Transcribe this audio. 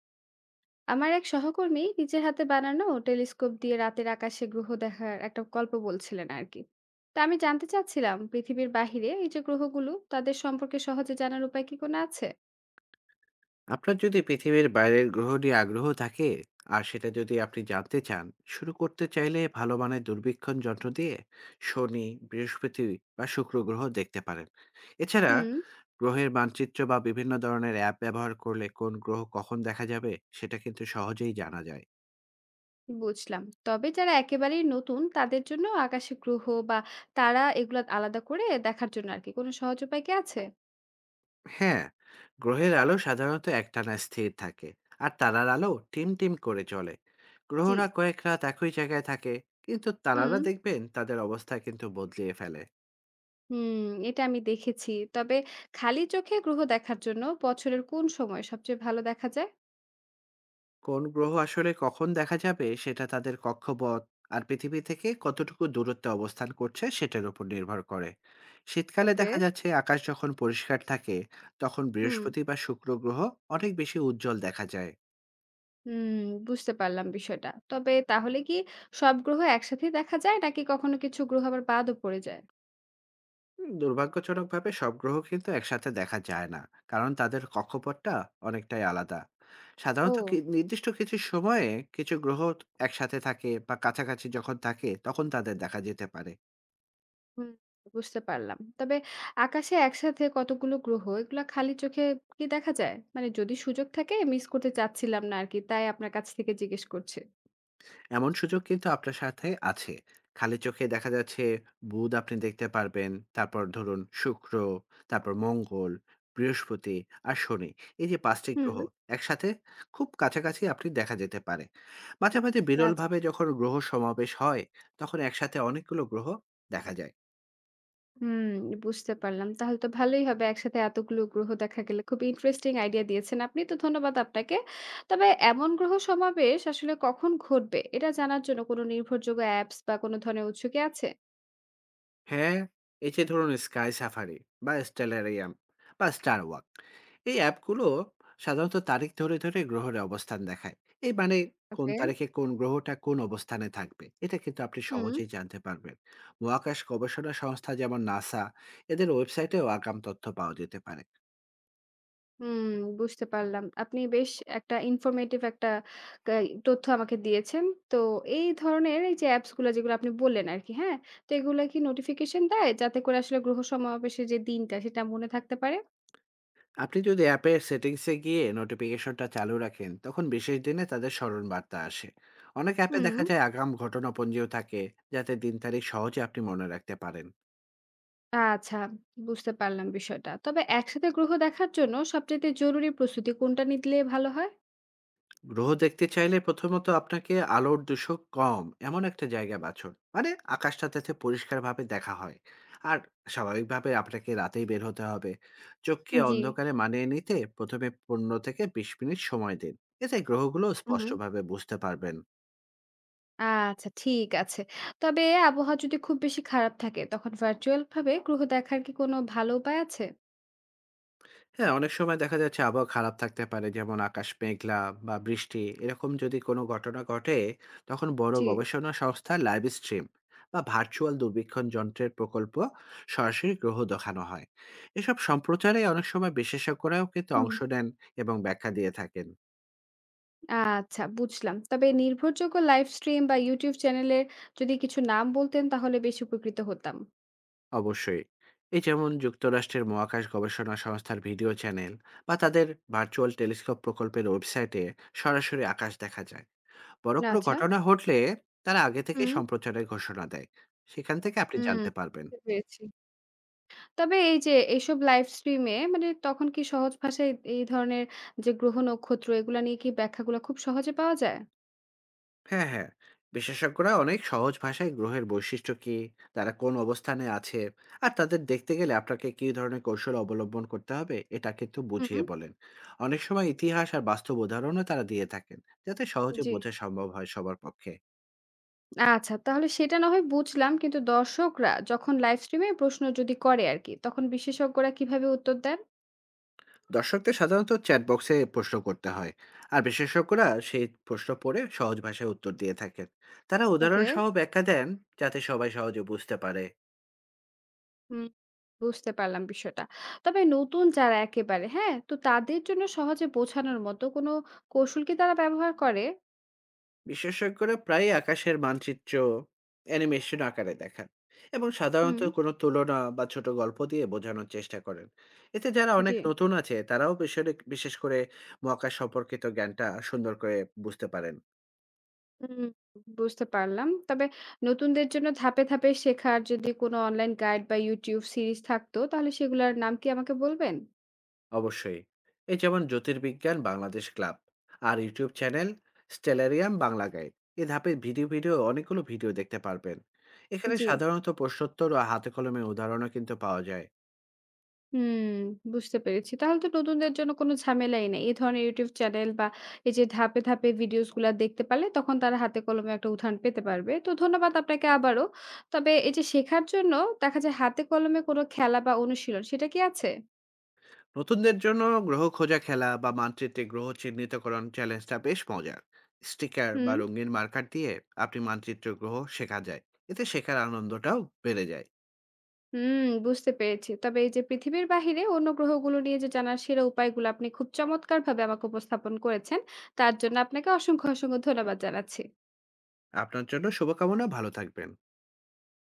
আমার এক সহকর্মী নিজের হাতে বানানো টেলিস্কোপ দিয়ে রাতের আকাশে গ্রহ দেখার একটা গল্প বলছিলেন আর কি। তা আমি জানতে চাচ্ছিলাম, পৃথিবীর বাহিরে এই যে গ্রহগুলো, তাদের সম্পর্কে সহজে জানার উপায় কি কোনো আছে? আপনার যদি পৃথিবীর বাইরের গ্রহ নিয়ে আগ্রহ থাকে আর সেটা যদি আপনি জানতে চান শুরু করতে চাইলে ভালো মানের দূরবীক্ষণ যন্ত্র দিয়ে শনি, বৃহস্পতি বা শুক্র গ্রহ দেখতে পারেন। এছাড়া হুম। গ্রহের মানচিত্র বা বিভিন্ন ধরনের অ্যাপ ব্যবহার করলে কোন গ্রহ কখন দেখা যাবে সেটা কিন্তু সহজেই জানা যায়। বুঝলাম, তবে যারা একেবারেই নতুন, তাদের জন্য আকাশে গ্রহ বা তারা এগুলা আলাদা করে দেখার জন্য আর কি কোনো সহজ উপায় কি আছে? হ্যাঁ, গ্রহের আলো সাধারণত একটানা স্থির থাকে, আর তারার আলো টিম টিম করে চলে। জি। গ্রহরা কয়েক রাত একই জায়গায় থাকে, কিন্তু হুম। তারারা দেখবেন তাদের অবস্থা কিন্তু বদলিয়ে ফেলে। হুম, এটা আমি দেখেছি। তবে খালি চোখে গ্রহ দেখার জন্য বছরের কোন সময় সবচেয়ে ভালো দেখা যায়? কোন গ্রহ আসলে কখন দেখা যাবে সেটা তাদের কক্ষপথ আর পৃথিবী থেকে কতটুকু দূরত্বে অবস্থান করছে সেটার উপর নির্ভর করে। শীতকালে ওকে। দেখা যাচ্ছে আকাশ যখন পরিষ্কার থাকে তখন হুম। বৃহস্পতি বা শুক্র গ্রহ অনেক বেশি উজ্জ্বল দেখা যায়। হুম, বুঝতে পারলাম বিষয়টা। তবে তাহলে কি সব গ্রহ একসাথেই দেখা যায় নাকি কখনো কিছু গ্রহ আবার বাদও পড়ে যায়? দুর্ভাগ্যজনকভাবে সব গ্রহ কিন্তু একসাথে দেখা যায় না, কারণ তাদের কক্ষপথটা অনেকটাই আলাদা। সাধারণত ও! নির্দিষ্ট কিছু সময়ে কিছু গ্রহ একসাথে থাকে বা কাছাকাছি যখন থাকে তখন তাদের দেখা যেতে পারে। হুম, বুঝতে পারলাম। তবে আকাশে একসাথে কতগুলো গ্রহ এগুলা খালি চোখে কি দেখা যায়? মানে যদি সুযোগ থাকে মিস করতে চাচ্ছিলাম না আরকি। তাই আপনার কাছ থেকে জিজ্ঞেস করছি। এমন সুযোগ কিন্তু আপনার সাথে আছে। খালি চোখে দেখা যাচ্ছে বুধ আপনি দেখতে পারবেন। তারপর ধরুন শুক্র, তারপর মঙ্গল, বৃহস্পতি আর শনি। এই যে ৫ টি হুম। গ্রহ একসাথে খুব কাছাকাছি আপনি দেখা যেতে পারে। মাঝে, মাঝে আচ্ছা। বিরলভাবে যখন গ্রহ সমাবেশ হয়, তখন একসাথে অনেকগুলো গ্রহ দেখা যায়। হুম, বুঝতে পারলাম। তাহলে তো ভালোই হবে। একসাথে এতগুলো গ্রহ দেখা গেলে খুব ইন্টারেস্টিং। আইডিয়া দিয়েছেন আপনি। তো ধন্যবাদ আপনাকে। তবে এমন গ্রহ সমাবেশ আসলে কখন ঘটবে, এটা জানার জন্য কোনো নির্ভরযোগ্য অ্যাপস বা কোনো ধরনের উৎস কি আছে? হ্যাঁ, এই যে ধরুন স্কাই সাফারি বা স্টেলারিয়াম বা স্টার ওয়াক, এই অ্যাপগুলো সাধারণত তারিখ ধরে ধরে গ্রহের অবস্থান দেখায়। এই মানে কোন ওকে। তারিখে কোন গ্রহটা কোন অবস্থানে থাকবে এটা কিন্তু আপনি হুম, সহজেই জানতে পারবেন। মহাকাশ গবেষণা সংস্থা যেমন নাসা, এদের ওয়েবসাইটেও আগাম তথ্য পাওয়া যেতে পারে। হুম, বুঝতে পারলাম। আপনি বেশ একটা ইনফরমেটিভ একটা কা তথ্য আমাকে দিয়েছেন। তো এই ধরনের এই যে অ্যাপস গুলা যেগুলো আপনি বললেন আরকি, হ্যাঁ? তো এগুলা কি নোটিফিকেশন দেয়, যাতে করে আসলে গ্রহ সমাবেশের যে দিনটা সেটা মনে থাকতে পারে? আপনি যদি অ্যাপের সেটিংসে গিয়ে নোটিফিকেশনটা চালু রাখেন তখন বিশেষ দিনে তাদের স্মরণ বার্তা আসে। অনেক অ্যাপে হুম। দেখা যায় আগাম ঘটনাপঞ্জিও থাকে, যাতে দিন তারিখ সহজে আপনি মনে রাখতে পারেন। আচ্ছা, বুঝতে পারলাম বিষয়টা। তবে একসাথে গ্রহ দেখার জন্য সবচাইতে জরুরি প্রস্তুতি কোনটা নিলে ভালো হয়? গ্রহ দেখতে চাইলে প্রথমত আপনাকে আলোর দূষক কম এমন একটা জায়গা বাছুন, মানে আকাশটা যাতে পরিষ্কারভাবে দেখা হয়। আর স্বাভাবিকভাবে আপনাকে রাতেই বের হতে হবে। চোখকে জি। অন্ধকারে মানিয়ে নিতে প্রথমে ১৫ থেকে ২০ মিনিট সময় দিন। এতে গ্রহগুলো হুম। স্পষ্টভাবে বুঝতে পারবেন। আচ্ছা, ঠিক আছে। তবে আবহাওয়া যদি খুব বেশি খারাপ থাকে, তখন ভার্চুয়াল ভাবে গ্রহ দেখার কি কোনো ভালো উপায় আছে? হ্যাঁ, অনেক সময় দেখা যাচ্ছে আবহাওয়া খারাপ থাকতে পারে। যেমন আকাশ মেঘলা বা বৃষ্টি এরকম যদি কোনো ঘটনা ঘটে, তখন বড় জি। গবেষণা সংস্থা লাইভ স্ট্রিম বা ভার্চুয়াল দূরবীক্ষণ যন্ত্রের প্রকল্প সরাসরি গ্রহ দেখানো হয়। এসব সম্প্রচারে অনেক সময় বিশেষজ্ঞরাও কিন্তু হুম। অংশ নেন এবং ব্যাখ্যা দিয়ে থাকেন। আচ্ছা, বুঝলাম। তবে নির্ভরযোগ্য লাইভ স্ট্রিম বা YouTube চ্যানেলে যদি কিছু নাম বলতেন, তাহলে বেশি উপকৃত হতাম। অবশ্যই। এই যেমন যুক্তরাষ্ট্রের মহাকাশ গবেষণা সংস্থার ভিডিও চ্যানেল বা তাদের ভার্চুয়াল টেলিস্কোপ প্রকল্পের ওয়েবসাইটে সরাসরি আকাশ দেখা যায়। বড় কোনো আচ্ছা। ঘটনা ঘটলে তারা আগে থেকেই হুম, সম্প্রচারের ঘোষণা দেয়। সেখান থেকে আপনি হুম। জানতে পারবেন। বুঝতে পেরেছি। তবে এই যে এইসব লাইভ স্ট্রিম এ মানে তখন কি সহজ ভাষায় এই ধরনের যে গ্রহ নক্ষত্র এগুলা নিয়ে কি ব্যাখ্যাগুলো খুব সহজে পাওয়া যায়? হ্যাঁ, হ্যাঁ। বিশেষজ্ঞরা অনেক সহজ ভাষায় গ্রহের বৈশিষ্ট্য কী, তারা কোন অবস্থানে আছে আর তাদের দেখতে গেলে আপনাকে কী ধরনের কৌশল অবলম্বন করতে হবে এটা কিন্তু বুঝিয়ে হুম। বলেন। অনেক সময় ইতিহাস আর বাস্তব উদাহরণও তারা দিয়ে থাকেন, যাতে সহজে জি। বোঝা সম্ভব হয় সবার পক্ষে। আচ্ছা, তাহলে সেটা না হয় বুঝলাম, কিন্তু দর্শকরা যখন লাইভ স্ট্রিম এ প্রশ্ন যদি করে আরকি, তখন বিশেষজ্ঞরা কিভাবে উত্তর দেন? দর্শকদের সাধারণত চ্যাট বক্সে প্রশ্ন করতে হয় আর বিশেষজ্ঞরা সেই প্রশ্ন পড়ে সহজ ভাষায় উত্তর দিয়ে থাকেন। তারা উদাহরণ ওকে। সহ ব্যাখ্যা দেন, যাতে সবাই সহজে বুঝতে পারে। হুম। বুঝতে পারলাম বিষয়টা। তবে নতুন যারা একেবারে, হ্যাঁ? তো তাদের জন্য সহজে বোঝানোর মতো কোনো কৌশল কি তারা ব্যবহার করে? বিশেষজ্ঞরা প্রায়ই আকাশের মানচিত্র অ্যানিমেশন আকারে দেখান এবং হুম, সাধারণত কোনো তুলনা বা ছোট গল্প দিয়ে বোঝানোর চেষ্টা করেন। এতে যারা জি। অনেক নতুন আছে তারাও বিশেষ বিশেষ করে মহাকাশ সম্পর্কিত জ্ঞানটা সুন্দর করে বুঝতে পারেন। হুম, বুঝতে পারলাম। তবে নতুনদের জন্য ধাপে, ধাপে শেখার যদি কোনো অনলাইন গাইড বা YouTube সিরিজ থাকতো, তাহলে সেগুলার নাম কি আমাকে বলবেন? অবশ্যই। এই যেমন জ্যোতির্বিজ্ঞান বাংলাদেশ ক্লাব আর YouTube channel stellarium Bangla guide, এ ধাপের ভিডিও ভিডিও অনেকগুলো ভিডিও দেখতে পারবেন। এখানে জি। সাধারণত প্রশ্নোত্তর ও হাতে কলমে উদাহরণও কিন্তু পাওয়া যায়। হুম, বুঝতে পেরেছি। তাহলে তো নতুনদের জন্য কোনো ঝামেলাই নেই। এই ধরনের YouTube চ্যানেল বা এই যে ধাপে, ধাপে ভিডিওস গুলা দেখতে পারলে তখন তারা হাতে কলমে একটা উদাহরণ পেতে পারবে। তো ধন্যবাদ আপনাকে আবারও। তবে এই যে শেখার জন্য দেখা যায় হাতে কলমে কোনো খেলা বা অনুশীলন, সেটা কি আছে? নতুনদের জন্য গ্রহ খোঁজা খেলা বা মানচিত্রে গ্রহ চিহ্নিতকরণ চ্যালেঞ্জটা বেশ মজার। স্টিকার বা হুম। রঙিন মার্কার দিয়ে আপনি মানচিত্র গ্রহ শেখা যায়। এতে শেখার আনন্দটাও বেড়ে যায়। হুম, বুঝতে পেরেছি। তবে এই যে পৃথিবীর বাহিরে অন্য গ্রহগুলো নিয়ে যে জানার সেরা উপায়গুলো আপনি খুব চমৎকারভাবে আমাকে উপস্থাপন করেছেন, তার জন্য আপনাকে অসংখ্য, অসংখ্য ধন্যবাদ জানাচ্ছি। আপনার জন্য শুভকামনা, ভালো থাকবেন।